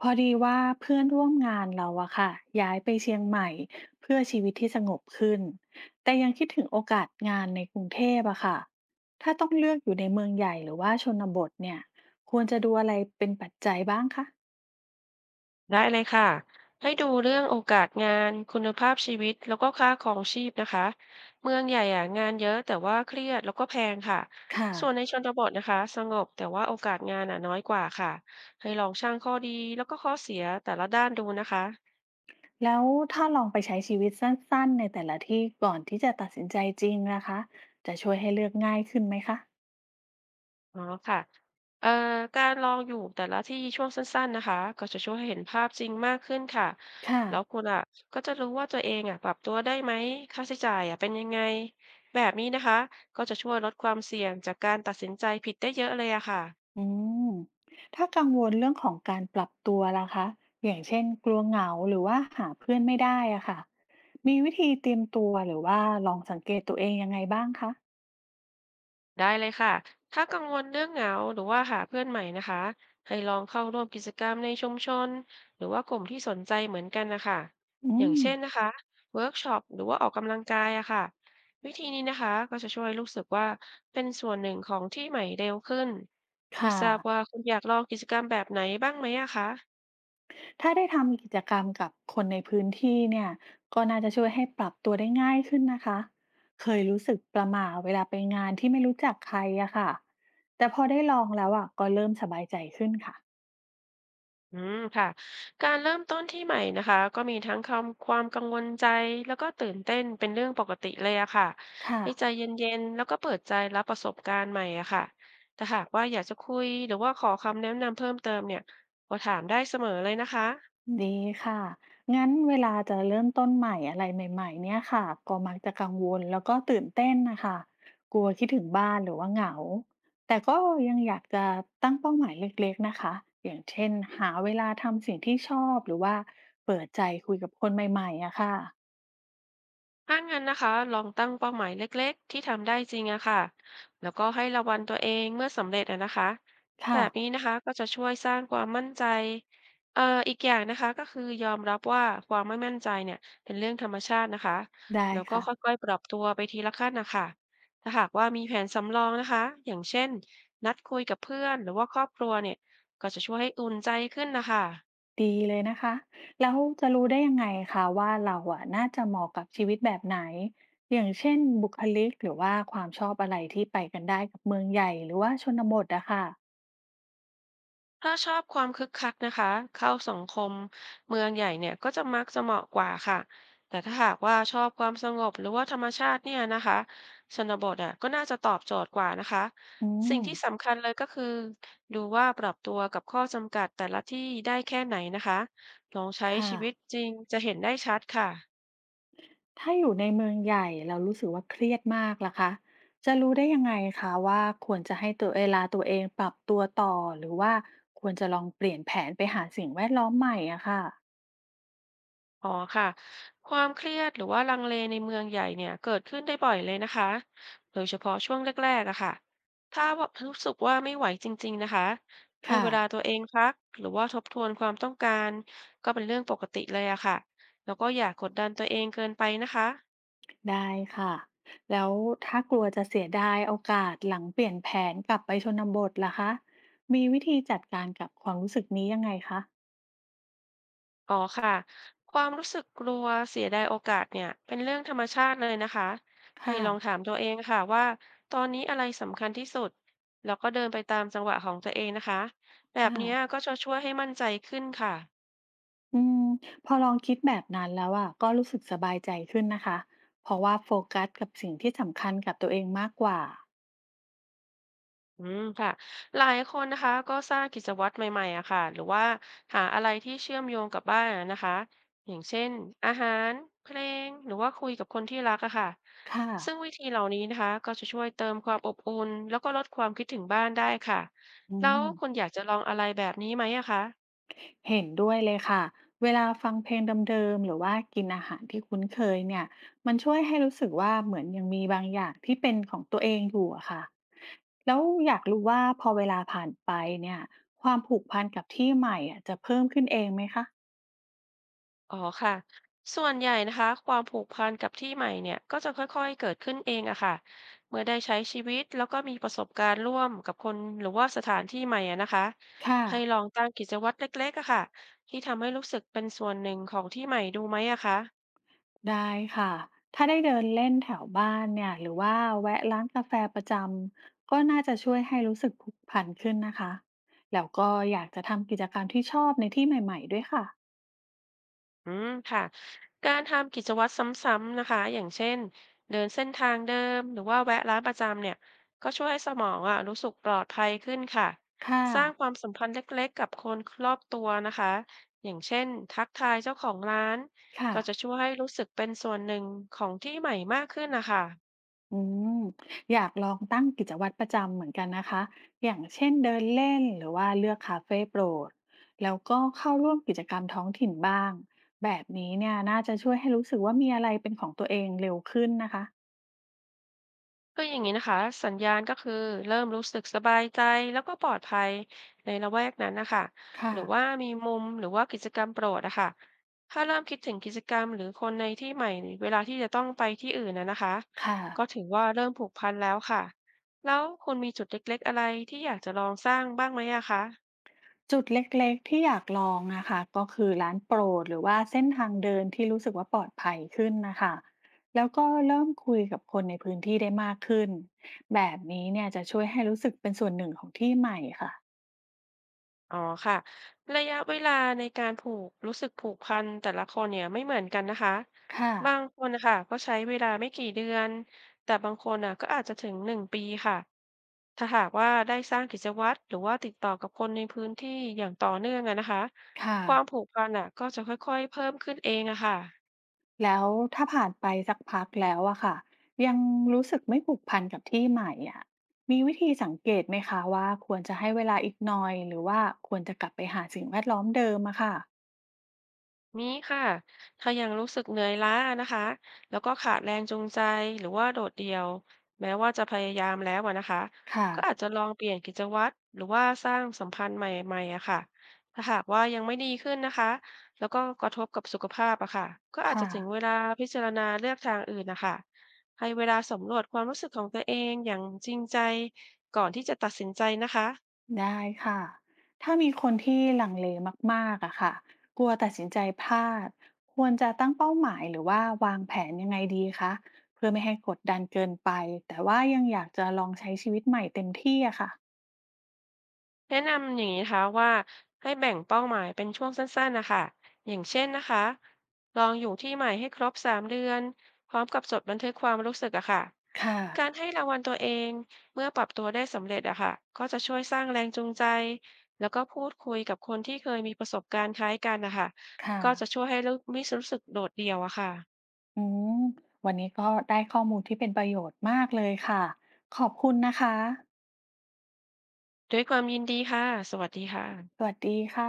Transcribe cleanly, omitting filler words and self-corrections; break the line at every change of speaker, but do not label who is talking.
พอดีว่าเพื่อนร่วมงานเราอะค่ะย้ายไปเชียงใหม่เพื่อชีวิตที่สงบขึ้นแต่ยังคิดถึงโอกาสงานในกรุงเทพอะค่ะถ้าต้องเลือกอยู่ในเมืองใหญ่หรือว่าชนบทเนี่ยควรจะดูอะไรเป็นปัจจัยบ้างคะ
ได้เลยค่ะ ให้ดูเรื่องโอกาสงานคุณภาพชีวิตแล้วก็ค่าครองชีพนะคะ เมืองใหญ่อะงานเยอะแต่ว่าเครียดแล้วก็แพงค่ะ
ค่ะ
ส่วนในชนบทนะคะสงบแต่ว่าโอกาสงานอ่ะน้อยกว่าค่ะ ให้ลองชั่งข้อดีแล้วก็ข้อเสียแต่ละด้านดูนะคะ
แล้วถ้าลองไปใช้ชีวิตสั้นๆในแต่ละที่ก่อนที่จะตัดสินใจจริงนะคะจะช่วยให้เลือกง่ายขึ้นไหมคะ
อ๋อค่ะเอ่อการลองอยู่แต่ละที่ช่วงสั้นๆนะคะก็จะช่วยให้เห็นภาพจริงมากขึ้นค่ะ
ค่ะ
แล้วคุณอ่ะก็จะรู้ว่าตัวเองอ่ะปรับตัวได้ไหมค่าใช้จ่ายอ่ะเป็นยังไงแบบนี้นะคะก็จะช่วยลดความเสี่ยงจากการตัดสินใจผิดได้เยอะเลยอะค่ะ
อืมถ้ากังวลเรื่องของการปรับตัวล่ะคะอย่างเช่นกลัวเหงาหรือว่าหาเพื่อนไม่ได้อะค่ะมีวิธีเตรียมตัวหรือว่าลองสังเกตตัวเองยังไงบ้างคะ
ได้เลยค่ะถ้ากังวลเรื่องเหงาหรือว่าหาเพื่อนใหม่นะคะให้ลองเข้าร่วมกิจกรรมในชุมชนหรือว่ากลุ่มที่สนใจเหมือนกันนะคะ
อื
อย่าง
ม
เช่นนะคะเวิร์กช็อปหรือว่าออกกำลังกายอะค่ะวิธีนี้นะคะก็จะช่วยรู้สึกว่าเป็นส่วนหนึ่งของที่ใหม่เร็วขึ้นไม่
ค่ะ
ทราบว่าคุณอยากลองกิจกรรมแบบไหนบ้างไหมอะคะ
ถ้าได้ทำกิจกรรมกับคนในพื้นที่เนี่ยก็น่าจะช่วยให้ปรับตัวได้ง่ายขึ้นนะคะเคยรู้สึกประหม่าเวลาไปงานที่ไม่รู้จักใครอะค่ะแต่พอได้ลองแล้วอะก็เริ่มสบายใจขึ้นค่ะ
อืมค่ะการเริ่มต้นที่ใหม่นะคะก็มีทั้งความกังวลใจแล้วก็ตื่นเต้นเป็นเรื่องปกติเลยอะค่ะ
ค่ะ
ให้ใจเย็นๆแล้วก็เปิดใจรับประสบการณ์ใหม่อะค่ะแต่หากว่าอยากจะคุยหรือว่าขอคำแนะนำเพิ่มเติมเนี่ยก็ถามได้เสมอเลยนะคะ
ดีค่ะ งั้นเวลาจะเริ่มต้นใหม่อะไรใหม่ๆเนี่ยค่ะก็มักจะกังวลแล้วก็ตื่นเต้นนะคะกลัวคิดถึงบ้านหรือว่าเหงาแต่ก็ยังอยากจะตั้งเป้าหมายเล็กๆนะคะอย่างเช่นหาเวลาทำสิ่งที่ชอบหรือว่าเปิดใจคุยกับคนใหม่ๆอะค่ะ
ถ้างั้นนะคะลองตั้งเป้าหมายเล็กๆที่ทำได้จริงอะค่ะแล้วก็ให้รางวัลตัวเองเมื่อสำเร็จอะนะคะแบ
ค่ะ
บนี้นะคะก็จะช่วยสร้างความมั่นใจเอ่ออีกอย่างนะคะก็คือยอมรับว่าความไม่มั่นใจเนี่ยเป็นเรื่องธรรมชาตินะคะ
ได้
แล้วก็
ค่ะ
ค่อยๆปรับตัวไปทีละขั้นนะคะถ้าหากว่ามีแผนสำรองนะคะอย่างเช่นนัดคุยกับเพื่อนหรือว่าครอบครัวเนี่ยก็จะช่วยให้อุ่นใจขึ้นนะคะ
ดีเลยนะคะแล้วจะรู้ได้ยังไงคะว่าเราอ่ะน่าจะเหมาะกับชีวิตแบบไหนอย่างเช่นบุคลิกหรือว่าความชอบอะไรที่ไปกันได้กับเมืองใหญ่หรือว่าชนบทอะค่ะ
ถ้าชอบความคึกคักนะคะเข้าสังคมเมืองใหญ่เนี่ยก็จะมักจะเหมาะกว่าค่ะแต่ถ้าหากว่าชอบความสงบหรือว่าธรรมชาติเนี่ยนะคะชนบทอ่ะก็น่าจะตอบโจทย์กว่านะคะ
อื
สิ่ง
ม
ที่สำคัญเลยก็คือดูว่าปรับตัวกับข้อจำกัดแต่ละที่ได้แค่ไหนนะคะลองใช้
ค่ะ
ชีวิตจริงจะเห็นได้ชัดค่ะ
ถ้าอยู่ในเมืองใหญ่เรารู้สึกว่าเครียดมากล่ะคะจะรู้ได้ยังไงคะว่าควรจะให้ตัวเวลาตัวเองปรับตัวต่อหรือว่าควรจะลองเปลี่ยนแผนไปหาสิ่งแวดล้อมใหม่อะค่ะ
อ๋อค่ะความเครียดหรือว่าลังเลในเมืองใหญ่เนี่ยเกิดขึ้นได้บ่อยเลยนะคะโดยเฉพาะช่วงแรกๆอะค่ะถ้าว่ารู้สึกว่าไม่ไหวจริงๆนะคะให้
ค่ะ
เวลาตัวเองพักหรือว่าทบทวนความต้องการก็เป็นเรื่องปกติเลยอะค่ะแล้วก็อย่ากดดันตัวเองเกินไปนะคะ
ได้ค่ะ แล้วถ้ากลัวจะเสียดายโอกาสหลังเปลี่ยนแผนกลับไปชนบทล่ะคะ มีวิธีจัดการกับความรู้สึกนี้ยังไงคะ
อ๋อค่ะความรู้สึกกลัวเสียดายโอกาสเนี่ยเป็นเรื่องธรรมชาติเลยนะคะให้
ค่ะ
ลองถามตัวเองค่ะว่าตอนนี้อะไรสำคัญที่สุดแล้วก็เดินไปตามจังหวะของตัวเองนะคะแบบ
ค่ะ
เนี้ยก็จะช่วยให้มั่นใจขึ้นค่ะ
อืมพอลองคิดแบบนั้นแล้วอะก็รู้สึกสบายใจขึ้นนะคะ เพราะว่าโฟกัสกับสิ่งที่สำคัญกับตัวเองมากกว่า
อืมค่ะหลายคนนะคะก็สร้างกิจวัตรใหม่ๆอะค่ะหรือว่าหาอะไรที่เชื่อมโยงกับบ้านอะนะคะอย่างเช่นอาหารเพลงหรือว่าคุยกับคนที่รักอะค่ะ
ค่ะ
ซึ่งวิธีเหล่านี้นะคะก็จะช่วยเติมความอบอุ่นแล้วก็ลดความคิดถึงบ้านได้ค่ะ
อื
แล้ว
ม
คุณอยากจะลองอะไรแบบนี้ไหมอะคะ
เห็นด้วยเลยค่ะ เวลาฟังเพลงเดิมๆหรือว่ากินอาหารที่คุ้นเคยเนี่ยมันช่วยให้รู้สึกว่าเหมือนยังมีบางอย่างที่เป็นของตัวเองอยู่อะค่ะ แล้วอยากรู้ว่าพอเวลาผ่านไปเนี่ยความผูกพันกับที่ใหม่อะจะเพิ่มขึ้นเองไหมคะ
อ๋อค่ะ ส่วนใหญ่นะคะความผูกพันกับที่ใหม่เนี่ยก็จะค่อยๆเกิดขึ้นเองอะค่ะ เมื่อได้ใช้ชีวิตแล้วก็มีประสบการณ์ร่วมกับคนหรือว่าสถานที่ใหม่อะนะคะ
ค่ะ
ให้ลองตั้งกิจวัตรเล็กๆอะค่ะที่ทำให้รู้สึกเป็นส่วนหนึ่งของที่ใหม่ดูไหมอะคะ
ได้ค่ะถ้าได้เดินเล่นแถวบ้านเนี่ยหรือว่าแวะร้านกาแฟประจำก็น่าจะช่วยให้รู้สึกผูกพันขึ้นนะคะแล้วก็อยากจะทำกิจกรรมที่ชอบในที่ใหม่ๆด้วยค่ะ
อืมค่ะการทำกิจวัตรซ้ำๆนะคะอย่างเช่นเดินเส้นทางเดิมหรือว่าแวะร้านประจำเนี่ยก็ช่วยให้สมองอ่ะรู้สึกปลอดภัยขึ้นค่ะ
ค่ะ
สร้างความสัมพันธ์เล็กๆกับคนรอบตัวนะคะอย่างเช่นทักทายเจ้าของร้าน
ค่ะ
ก็จะช่วยให้รู้สึกเป็นส่วนหนึ่งของที่ใหม่มากขึ้นนะคะ
อืมอยากลองตั้งกิจวัตรประจำเหมือนกันนะคะ อย่างเช่นเดินเล่นหรือว่าเลือกคาเฟ่โปรดแล้วก็เข้าร่วมกิจกรรมท้องถิ่นบ้าง แบบนี้เนี่ยน่าจะช่วยให้รู้สึกว่ามีอะไรเป็นของตัวเองเร็วขึ้นนะคะ
คืออย่างนี้นะคะสัญญาณก็คือเริ่มรู้สึกสบายใจแล้วก็ปลอดภัยในละแวกนั้นนะคะห
ค่ะ
รือว่ามีมุมหรือว่ากิจกรรมโปรดอะค่ะถ้าเริ่มคิดถึงกิจกรรมหรือคนในที่ใหม่เวลาที่จะต้องไปที่อื่นนะคะ
ค่ะ
ก็ถือว่าเริ่มผูกพันแล้วค่ะแล้วคุณมีจุดเล็กๆอะไรที่อยากจะลองสร้างบ้างไหมอะคะ
จุดเล็กๆที่อยากลองนะคะก็คือร้านโปรดหรือว่าเส้นทางเดินที่รู้สึกว่าปลอดภัยขึ้นนะคะแล้วก็เริ่มคุยกับคนในพื้นที่ได้มากขึ้นแบบนี้เนี่ยจะช่วยให้รู้สึกเป็นส่วนหนึ่งของที่ใหม่ค่ะ
อ๋อค่ะระยะเวลาในการรู้สึกผูกพันแต่ละคนเนี่ยไม่เหมือนกันนะคะ
ค่ะ
บางคนนะคะก็ใช้เวลาไม่กี่เดือนแต่บางคนอ่ะก็อาจจะถึง1 ปีค่ะถ้าหากว่าได้สร้างกิจวัตรหรือว่าติดต่อกับคนในพื้นที่อย่างต่อเนื่องอะนะคะ
ค่ะ
ความผูกพันอ่ะก็จะค่อยๆเพิ่มขึ้นเองอะค่ะ
แล้วถ้าผ่านไปสักพักแล้วอะค่ะยังรู้สึกไม่ผูกพันกับที่ใหม่อะมีวิธีสังเกตไหมคะว่าควรจะให้เวลาอีกหน่อยหรือว่าควรจะกลับไปหาสิ่งแวดล้อมเดิมอะค่ะ
นี้ค่ะถ้ายังรู้สึกเหนื่อยล้านะคะแล้วก็ขาดแรงจูงใจ หรือว่าโดดเดี่ยว แม้ว่าจะพยายามแล้วอะนะคะ
ค่ะ
ก็อาจจะลองเปลี่ยนกิจวัตร หรือว่าสร้างสัมพันธ์ใหม่ๆอะค่ะถ้าหากว่ายังไม่ดีขึ้นนะคะแล้วก็กระทบกับสุขภาพอะค่ะก็อาจจะ
ค่ะ
ถึงเวลาพิจารณาเลือกทางอื่นนะคะให้เวลาสำรวจความรู้สึกของตัวเองอย่างจริงใจก่อนที่จะตัดสินใจนะคะ
ได้ค่ะ ถ้ามีคนที่ลังเลมากๆอะค่ะ กลัวตัดสินใจพลาด ควรจะตั้งเป้าหมายหรือว่าวางแผนยังไงดีคะเพื่อไม่ให้กดดันเกินไป แต่ว่ายังอยากจะลองใช้ชีวิตใหม่เต็มที่อะค่ะ
แนะนำอย่างนี้นะคะว่าให้แบ่งเป้าหมายเป็นช่วงสั้นๆนะคะอย่างเช่นนะคะลองอยู่ที่ใหม่ให้ครบ3 เดือนพร้อมกับจดบันทึกความรู้สึกอะค่ะ
ค่ะ
การให้รางวัลตัวเองเมื่อปรับตัวได้สำเร็จอะค่ะก็จะช่วยสร้างแรงจูงใจแล้วก็พูดคุยกับคนที่เคยมีประสบการณ์คล้ายกันนะคะ
ค่ะ
ก็จะช่วยให้ไม่รู้สึกโดดเดี่ยวอะค่ะ
อืมวันนี้ก็ได้ข้อมูลที่เป็นประโยชน์มากเลยค่ะ ขอบคุณนะคะ
ด้วยความยินดีค่ะสวัสดีค่ะ
สวัสดีค่ะ